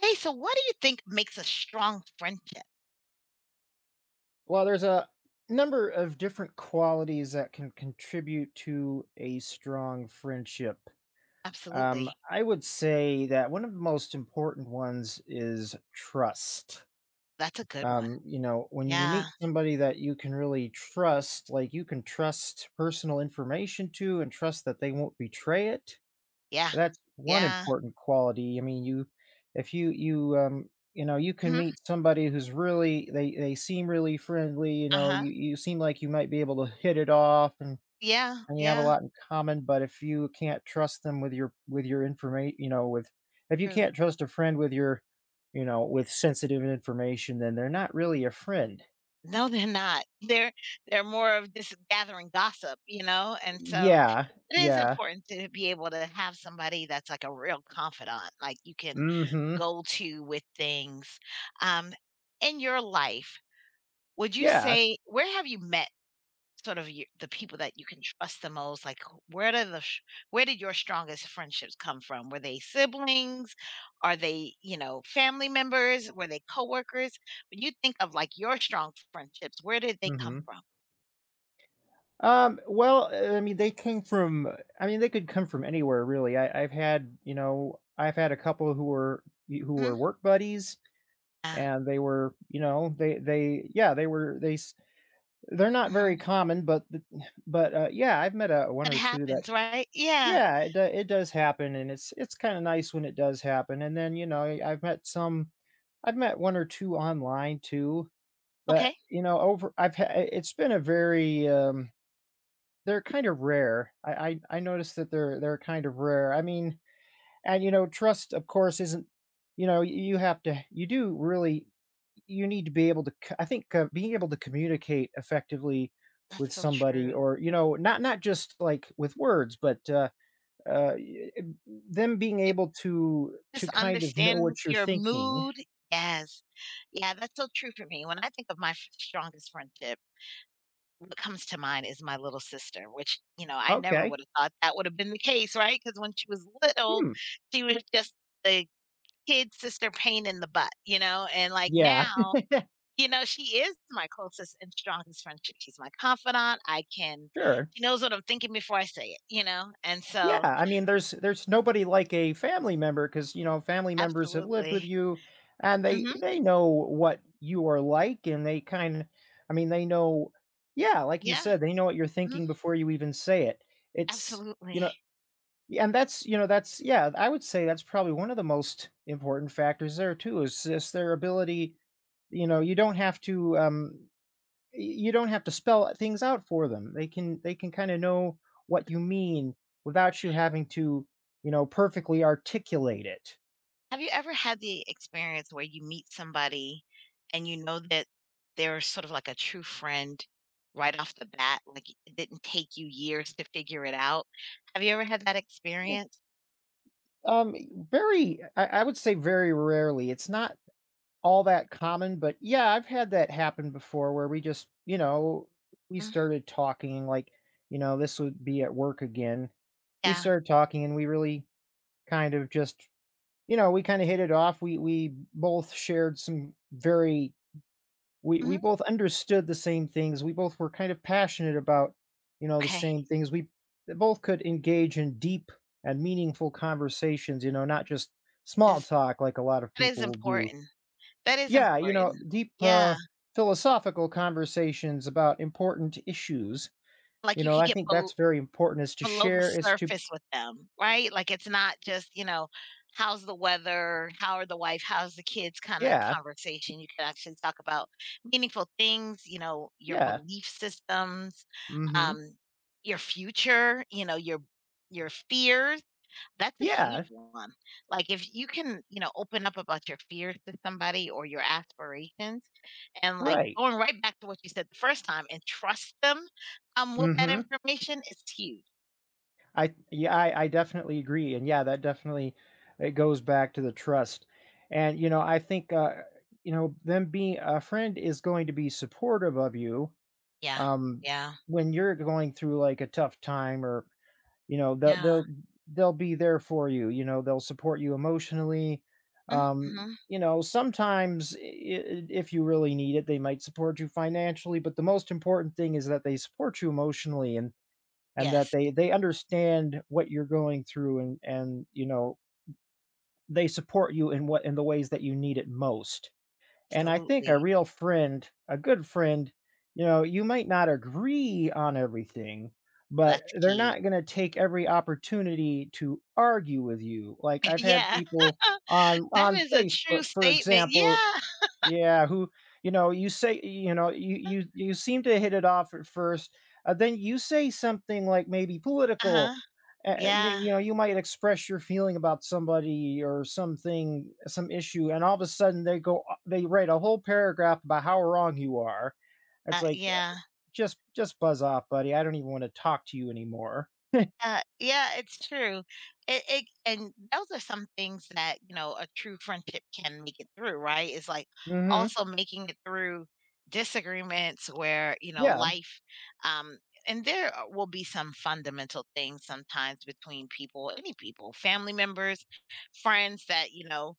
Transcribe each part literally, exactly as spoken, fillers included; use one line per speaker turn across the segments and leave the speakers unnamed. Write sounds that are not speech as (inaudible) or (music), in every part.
Hey, so what do you think makes a strong friendship?
Well, there's a number of different qualities that can contribute to a strong friendship. Um,
Absolutely.
I would say that one of the most important ones is trust.
That's a good one.
Um, you know, when you
Yeah.
meet somebody that you can really trust, like you can trust personal information to and trust that they won't betray it,
Yeah.
that's one
Yeah.
important quality. I mean, you if you you, um, you know, you can
Mhm.
meet somebody who's really, they they seem really friendly. you know,
Uh-huh.
you you seem like you might be able to hit it off, and
Yeah.
and you have a
Yeah.
lot in common, but if you can't trust them with your with your information, you know, with if you
True.
can't trust a friend with your, you know, with sensitive information, then they're not really a friend.
No, they're not. (laughs) They're they're more of just gathering gossip, you know? And so
Yeah,
it is
yeah.
important to be able to have somebody that's like a real confidant, like you can
Mhm.
go to with things. Um, in your life, would you
Yeah.
say where have you met sort of you the people that you can trust the most, like, wh- where do the sh where did your strongest friendships come from? Were they siblings? Are they, you know, family members? Were they coworkers? When you think of, like, your strong friendships, where did they come
Mhm.
from?
Um, well, uh, I mean, they came from, I mean, they could come from anywhere, really. I, I've had, you know, I've had a couple who were, who
Mhm.
were work buddies,
Yeah,
and they were, you know, they they yeah, they were they s- they're not
mhm.
very common, but, the- but uh, yeah, I've met a one
It
or two that,
happens, right? Yeah.
yeah, it do- it does happen, and it's it's kind of nice when it does happen. And then, you know, I- I've met some, I've met one or two online too. but
Okay.
you know, over I've had it's been a very um they're kind of rare. I I I noticed that they're they're kind of rare. I mean, and, you know, trust, of course, isn't, you know, you have to you do really you need to be able to c I think, uh, being able to communicate effectively
That's
with
so
somebody,
true.
or, you know, not not just, like, with words, but, uh, uh, y eh, them being
It
able to to
just
kind of know
understand
what you're
your
thinking.
mood. Yes. Yeah, that's so true for me. When I think of my f strongest friendship comes to mind is my little sister, which, you know, I never
Okay.
would have thought that would have been the case, right? Because when she was little,
Hmm.
she was just the kid sister pain in the butt, you know? And like
Yeah.
now,
(laughs)
you know, she is my closest and strongest friendship. She's my confidant. I can,
Sure.
she knows what I'm thinking before I say it, you know? And
Yeah,
so,
I mean, there's there's nobody like a family member, because, you know family members have lived
absolutely.
with you, and they
hmm
they know what you are like, and, they kind of, I mean, they know, yeah, like you
Yeah.
said, they know what you're
Mhm.
thinking before you even say it. It's you know,
Absolutely.
yeah, and that's, you know that's yeah, I would say that's probably one of the most important factors there too, is just their ability. You know, you don't have to, um you don't have to spell things out for them. They can they can kind of know what you mean without you having to, you know, perfectly articulate it.
Have you ever had the experience where you meet somebody and you know that they're sort of like a true friend right off the bat? Like it didn't take you years to figure it out. Have you ever had that
Yeah.
experience?
Um, Very, I, I would say, very rarely. It's not all that common, but yeah, I've had that happen before, where we just, you know, we
Mm.
started talking like, you know, this would be at work again. We
Yeah.
started talking, and we really kind of just, you know, we kind of hit it off. We we both shared some very we we
Mhm.
both understood the same things. We both were kind of passionate about, you know, the
Okay.
same things. We both could engage in deep and meaningful conversations, you know, not just small
Is
talk, like a lot of
that is
people will do.
important. That is
Yeah, you know,
important.
deep, uh,
Yeah.
philosophical conversations about important issues.
Like
You
you
know,
could
I
get
think that's
bel-
very important, is to
below the
share, is to,
surface with them, right? Like, it's not just, you know, how's the weather, how are the wife, how's the kids kind of
yeah,
conversation. You can actually talk about meaningful things, you know, your
yeah,
belief systems,
mm-hmm,
um, your future, you know, your your fears. That's a huge
yeah,
one. Like if you can, you know, open up about your fears to somebody or your aspirations and like
right,
going right back to what you said the first time and trust them um with that
mm-hmm.
information is huge.
I, yeah, I, I definitely agree. And yeah, that definitely, it goes back to the trust. And, you know, I think, uh, you know, them being a friend is going to be supportive of you,
Yeah,
um,
yeah,
when you're going through like a tough time, or, You know, they'll
yeah.
they'll they'll be there for you. You know, they'll support you emotionally.
Mm,
Um,
mhm.
you know, sometimes, I I if you really need it, they might support you financially, but the most important thing is that they support you emotionally, and and that
Yes,
they they understand what you're going through, and and, you know, they support you in what in the ways that you need it most. And I think a
absolutely.
real friend, a good friend, you know, you might not agree on everything, but
That's
they're
key.
not going to take every opportunity to argue with you. Like,
(laughs)
I've had
Yeah.
people
(laughs)
on
That
on
is a true
Facebook, for
statement. Yeah.
example, yeah, who, you know, you say you know, you you you seem to hit it off at first. Uh, then you say something like, maybe,
Uh-huh.
political. Uh, you
Yeah.
you know, you might express your feeling about somebody, or something, some issue, and all of a sudden they go uh, they write a whole paragraph about how wrong you are. It's
Uh,
like, uh,
yeah.
just just buzz off, buddy. I don't even want to talk to you anymore.
Uh, yeah, it's true. It, it and those are some things that you know a true friendship can make it through, right? It's like
Mhm.
also making it through disagreements where you know
Yeah.
life, um, and there are- will be some fundamental things sometimes between people, any people, family members, friends that you know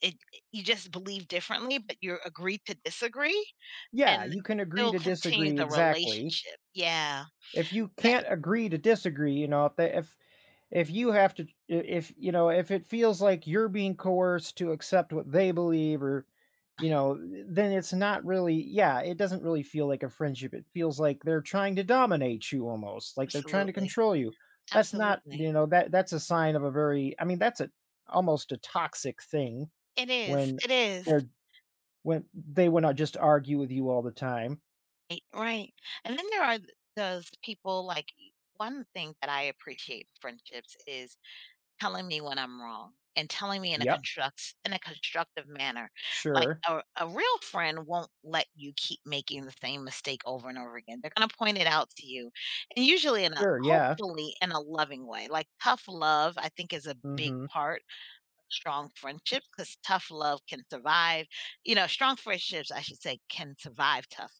it you just believe differently, but you agree to disagree
Yeah,
and
you can agree
still
to
continue
disagree,
the
exactly.
relationship. Yeah,
If you
that
can't agree to disagree, you know, if they, if if you have to, if you know if it feels like you're being coerced to accept what they believe, or, you know then it's not really. Yeah, it doesn't really feel like a friendship. It feels like they're trying to dominate you, almost like they're trying to
absolutely,
control you. That's not,
absolutely.
you know that that's a sign of a very, I mean, that's, a almost a toxic thing,
It is,
when
it is.
they're when they want to just argue with you all the time.
Right, right. And then there are th those people, like, y one thing that I appreciate in friendships is telling me when I'm wrong and telling me in a
Yep.
construct in a constructive manner. Like,
Sure.
a a real friend won't let you keep making the same mistake over and over again. They're gonna point it out to you, and usually in a
Sure. Yeah.
hopefully in a loving way. Like, tough love, I think, is a big
Hmm.
part strong friendships, because tough love can survive. You know, strong friendships, I should say, can survive tough.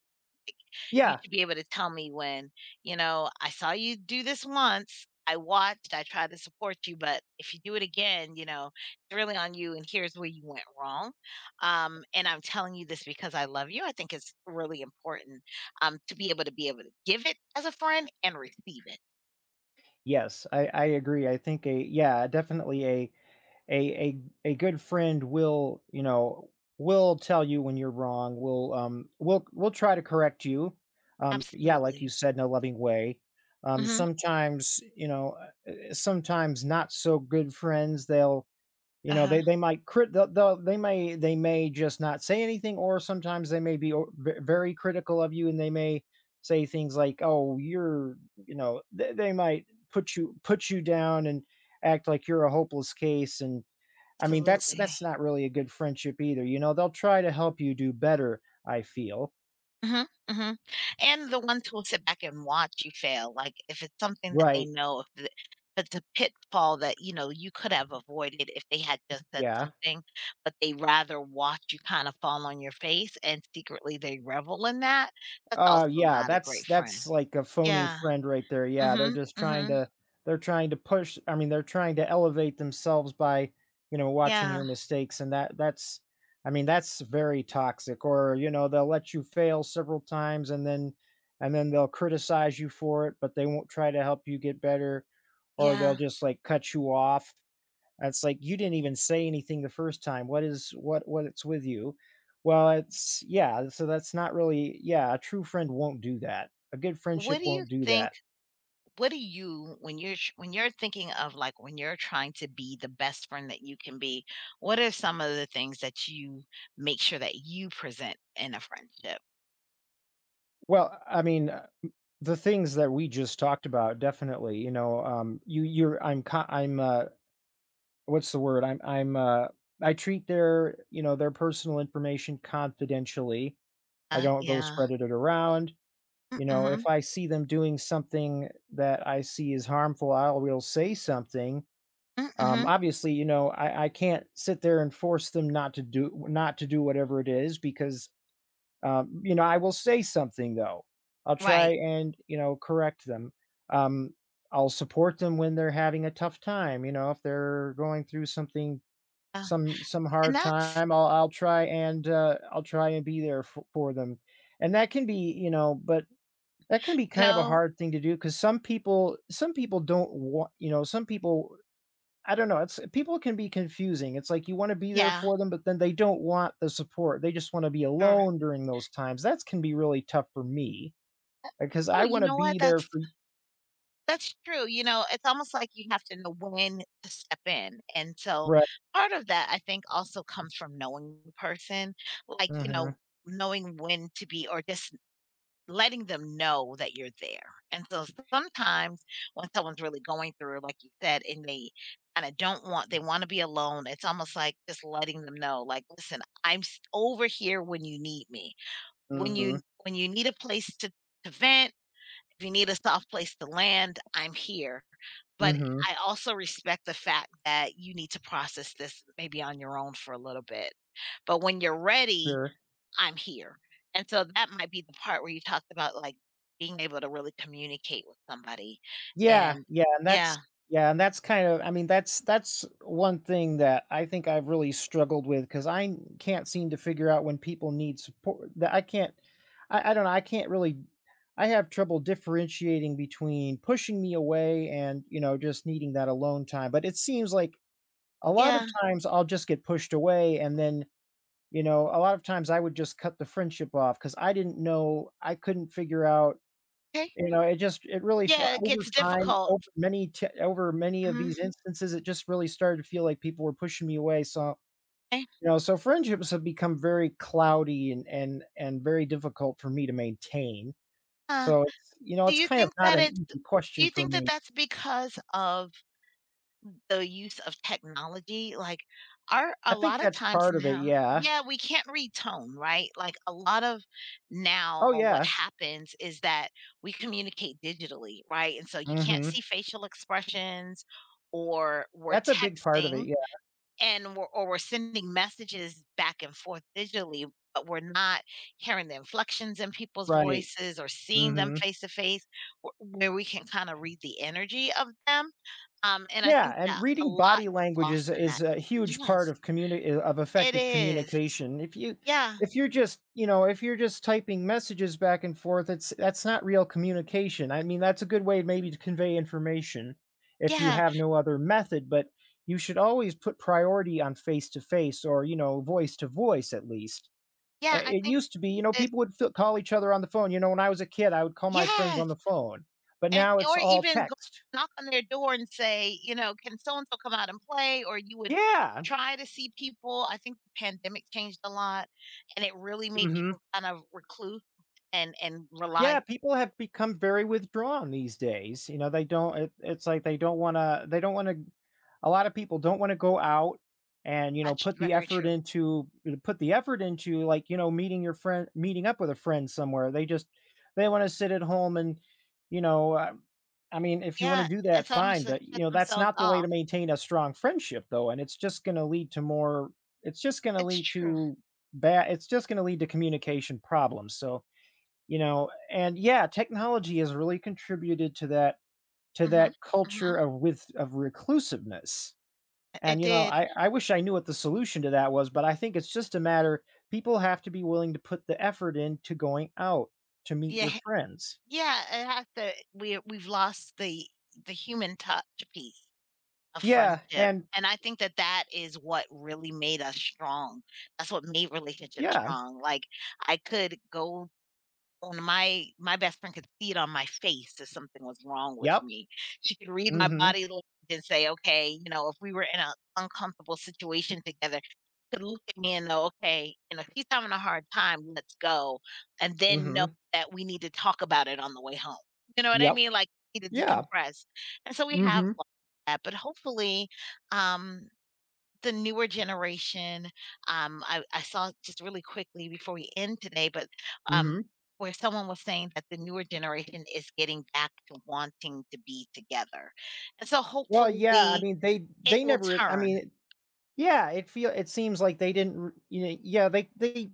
You
Yeah.
should be able to tell me when, you know, I saw you do this once. I watched, I tried to support you, but if you do it again, you know, it's really on you. And here's where you went wrong. Um, and I'm telling you this because I love you. I think it's really important um, to be able to be able to give it as a friend and receive it.
Yes, I I agree. I think a Yeah, definitely, a a a a good friend will, you know, will tell you when you're wrong, will, um will will try to correct you. Um yeah, like you
Absolutely.
said, in a loving way. Um
hmm
sometimes, you know, uh, uh, sometimes not so good friends, they'll
Uh
you know,
huh.
they they might crit they'll they'll they may they may just not say anything, or sometimes they may be, o ve very critical of you, and they may say things like, "Oh, you're—" you know, they they might put you put you down and act like you're a hopeless case, and, I mean, that's
Absolutely.
that's not really a good friendship either. You know, they'll try to help you do better, I feel.
Mhm, mhm, and the ones who'll sit back and watch you fail, like, if it's something that they
Right,
know, if it if it's a pitfall that, you know, you could have avoided if they had just said
yeah.
something, but they rather watch you kinda fall on your face and secretly they revel in that, that's
Uh,
also
yeah,
not a
that's
great friend.
that's like a phony
Yeah.
friend right there. Yeah, they're
Mhm,
just trying
mhm.
to they're trying to push. I mean, they're trying to elevate themselves by, you know, watching
Yeah,
your mistakes, and that that's— I mean, that's very toxic. Or, you know, they'll let you fail several times, and then and then they'll criticize you for it, but they won't try to help you get better, or
yeah.
they'll just, like, cut you off, and it's like, "You didn't even say anything the first time. What is what what's with you?" Well, it's Yeah, so that's not really. Yeah, a true friend won't do that. A good
What
friendship
do you
won't do that.
think what do you when you're tr- when you're thinking of like when you're trying to be the best friend that you can be what are some of the things that you make sure that you present in a friendship
Well, I mean, uh, m the things that we just talked about, definitely, you know, um, you you're I'm co I'm, uh what's the word? I'm I'm, uh I treat their, you know, their personal information confidentially. I
uh,
don't go
yeah
spreading it around. You know,
mm-hmm.
if I see them doing something that I see is harmful, I will say something. Um,
Mm-hmm.
obviously, you know, I, I can't sit there and force them, not to do not to do whatever it is, because, um, you know I will say something, though. I'll try,
Right.
and, you know correct them. Um, I'll support them when they're having a tough time. You know, if they're going through something,
uh,
some some
and
hard
that's
time, I'll I'll try and uh, I'll try and be there for, for them, and that can be you know, but that can be
you
kind of a
know
hard thing to do, because some people some people don't want, you know, some people I don't know, it's people can be confusing. It's like, you wanna be there
yeah
for them, but then they don't want the support. They just wanna be
sure.
alone during those times. That can be really tough for me, because
Oh,
I
you
wanna
know what,
be there
that's
for y—
that's true, you know, it's almost like you have to know when to step in. And so
Right.
part of that I think also comes from knowing the person, like you know,
Mhm.
knowing when to be or just letting them know that you're there. And so sometimes when someone's really going through, like you said, and they and I don't want they want to be alone. It's almost like just letting them know, like, listen, I'm s- over here when you need me. When you
Mhm.
when you need a place to, to vent, if you need a soft place to land, I'm here. But
Mhm.
I also respect the fact that you need to process this maybe on your own for a little bit. But when you're ready,
Sure.
I'm here. And so that might be the part where you talked about, like, being able to really communicate with somebody
Yeah,
and
yeah, and that's
yeah,
yeah, and that's kind of, I mean, that's that's one thing that I think I've really struggled with, because I n- can't seem to figure out when people need support. That I can't, I, I don't know, I can't really, I have trouble differentiating between pushing me away, and, you know just needing that alone time. But it seems like, a lot
yeah,
of times, I'll just get pushed away, and then, you know a lot of times, I would just cut the friendship off, because I didn't know I couldn't figure out.
okay.
You know, it just it really felt,
Yeah, it
over
gets
time,
difficult.
over many t over many of
Mhm,
these instances, it just really started to feel like people were pushing me away, so,
'kay.
you know, so friendships have become very cloudy, and and and very difficult for me to maintain.
Huh.
So it's you know,
Do
it's
you
kind of
think
not
that
an
it's do
easy question
you
for
think that
me.
that's because of the use of technology, like, are
I
a
think
lot of
that's
times
part of it,
now
yeah.
yeah, we can't read tone, right? Like, a lot of
Oh,
now what
yeah.
happens is that we communicate digitally, right? And so you can't
Mhm.
see facial expressions or we're
That's a big part of it,
texting
yeah,
and we're or we're sending messages back and forth digitally, but we're not hearing the inflections in people's
right.
voices or seeing them
Mhm.
face to face wh where we can kinda read the energy of them. Um, and I
Yeah,
think that
and
a
reading
lot
body
gets
language
lost
is
in that.
is a huge part
Yes,
of communi uh, of
it
effective
is.
communication. If you
Yeah,
if you're just, you know, if you're just typing messages back and forth, it's that's not real communication. I mean, that's a good way, maybe, to convey information if you
yeah,
have no other method, but you should always put priority on face to face, or, you know, voice to voice, at least. Uh,
yeah, I
It
think
used to be, you know,
that
people would fi- call each other on the phone. You know, when I was a kid, I would call my friends
yes,
on the phone, but
and
now it's
or
all
even go
text.
knock on their door and say, you know, "Can so and so come out and play?" Or you would
Yeah.
try to see people. I think the pandemic changed a lot, and it really made
Hmm.
people kind of recluse and and rely.
Yeah, people have become very withdrawn these days. You know, they don't it, it's like they don't want to they don't want to a lot of people don't want to go out, and, you know
That's
put the
very
effort
true.
into put the effort into, like, you know meeting your friend meeting up with a friend somewhere. They just, they want to sit at home, and, you know uh, I mean, if you want to
Yeah,
do that,
it's almost
fine,
like
but,
shut
you know that's
themselves
not the way to
off.
maintain a strong friendship, though. And it's just going to lead to more it's just going to
It's
lead
true.
to bad it's just going to lead to communication problems. So, you know, and yeah, technology has really contributed to that, to
Mhm,
that culture,
mhm.
of with of reclusiveness.
It
And, you know,
did.
I I wish I knew what the solution to that was, but I think it's just a matter. People have to be willing to put the effort into going out to meet
Yeah.
your friends.
Yeah, it has to we we've lost the the human touch piece of
Yeah,
friendship,
and
and I think that that is what really made us strong. That's what made relationships
yeah.
strong. Like, I could go and my my best friend could see it on my face that something was wrong with
Yep.
me. She could read
mm
my
Mhm.
body language and say, "Okay," you know, if we were in an uncomfortable situation together, she could look at me and know, "Okay, you know, if he's having a hard time, let's go." And
mm
then know
Mhm.
that we need to talk about it on the way home. You know what I
Yep.
mean? Like, need to
Yeah.
decompress. And so we
mm
have
Mhm.
like that, but hopefully, um, the newer generation, um, I, I saw just really quickly before we end today, but
mm
um,
Mhm.
where someone was saying that the newer generation is getting back to wanting to be together. And so
Well, yeah, I
hopefully
mean, they
it
they
will
never I
turn.
mean, yeah, it feel it seems like they didn't, r- you know, yeah, they they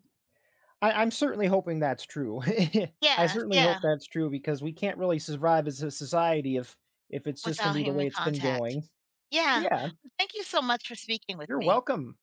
I I'm certainly hoping that's true. (laughs) I
Yeah,
certainly
yeah,
hope that's true, because we can't really survive as a society if if it's just gonna
without
be the
human
way it's been
contact.
going.
Yeah.
Yeah,
Thank you so much for speaking with
you're
me.
welcome.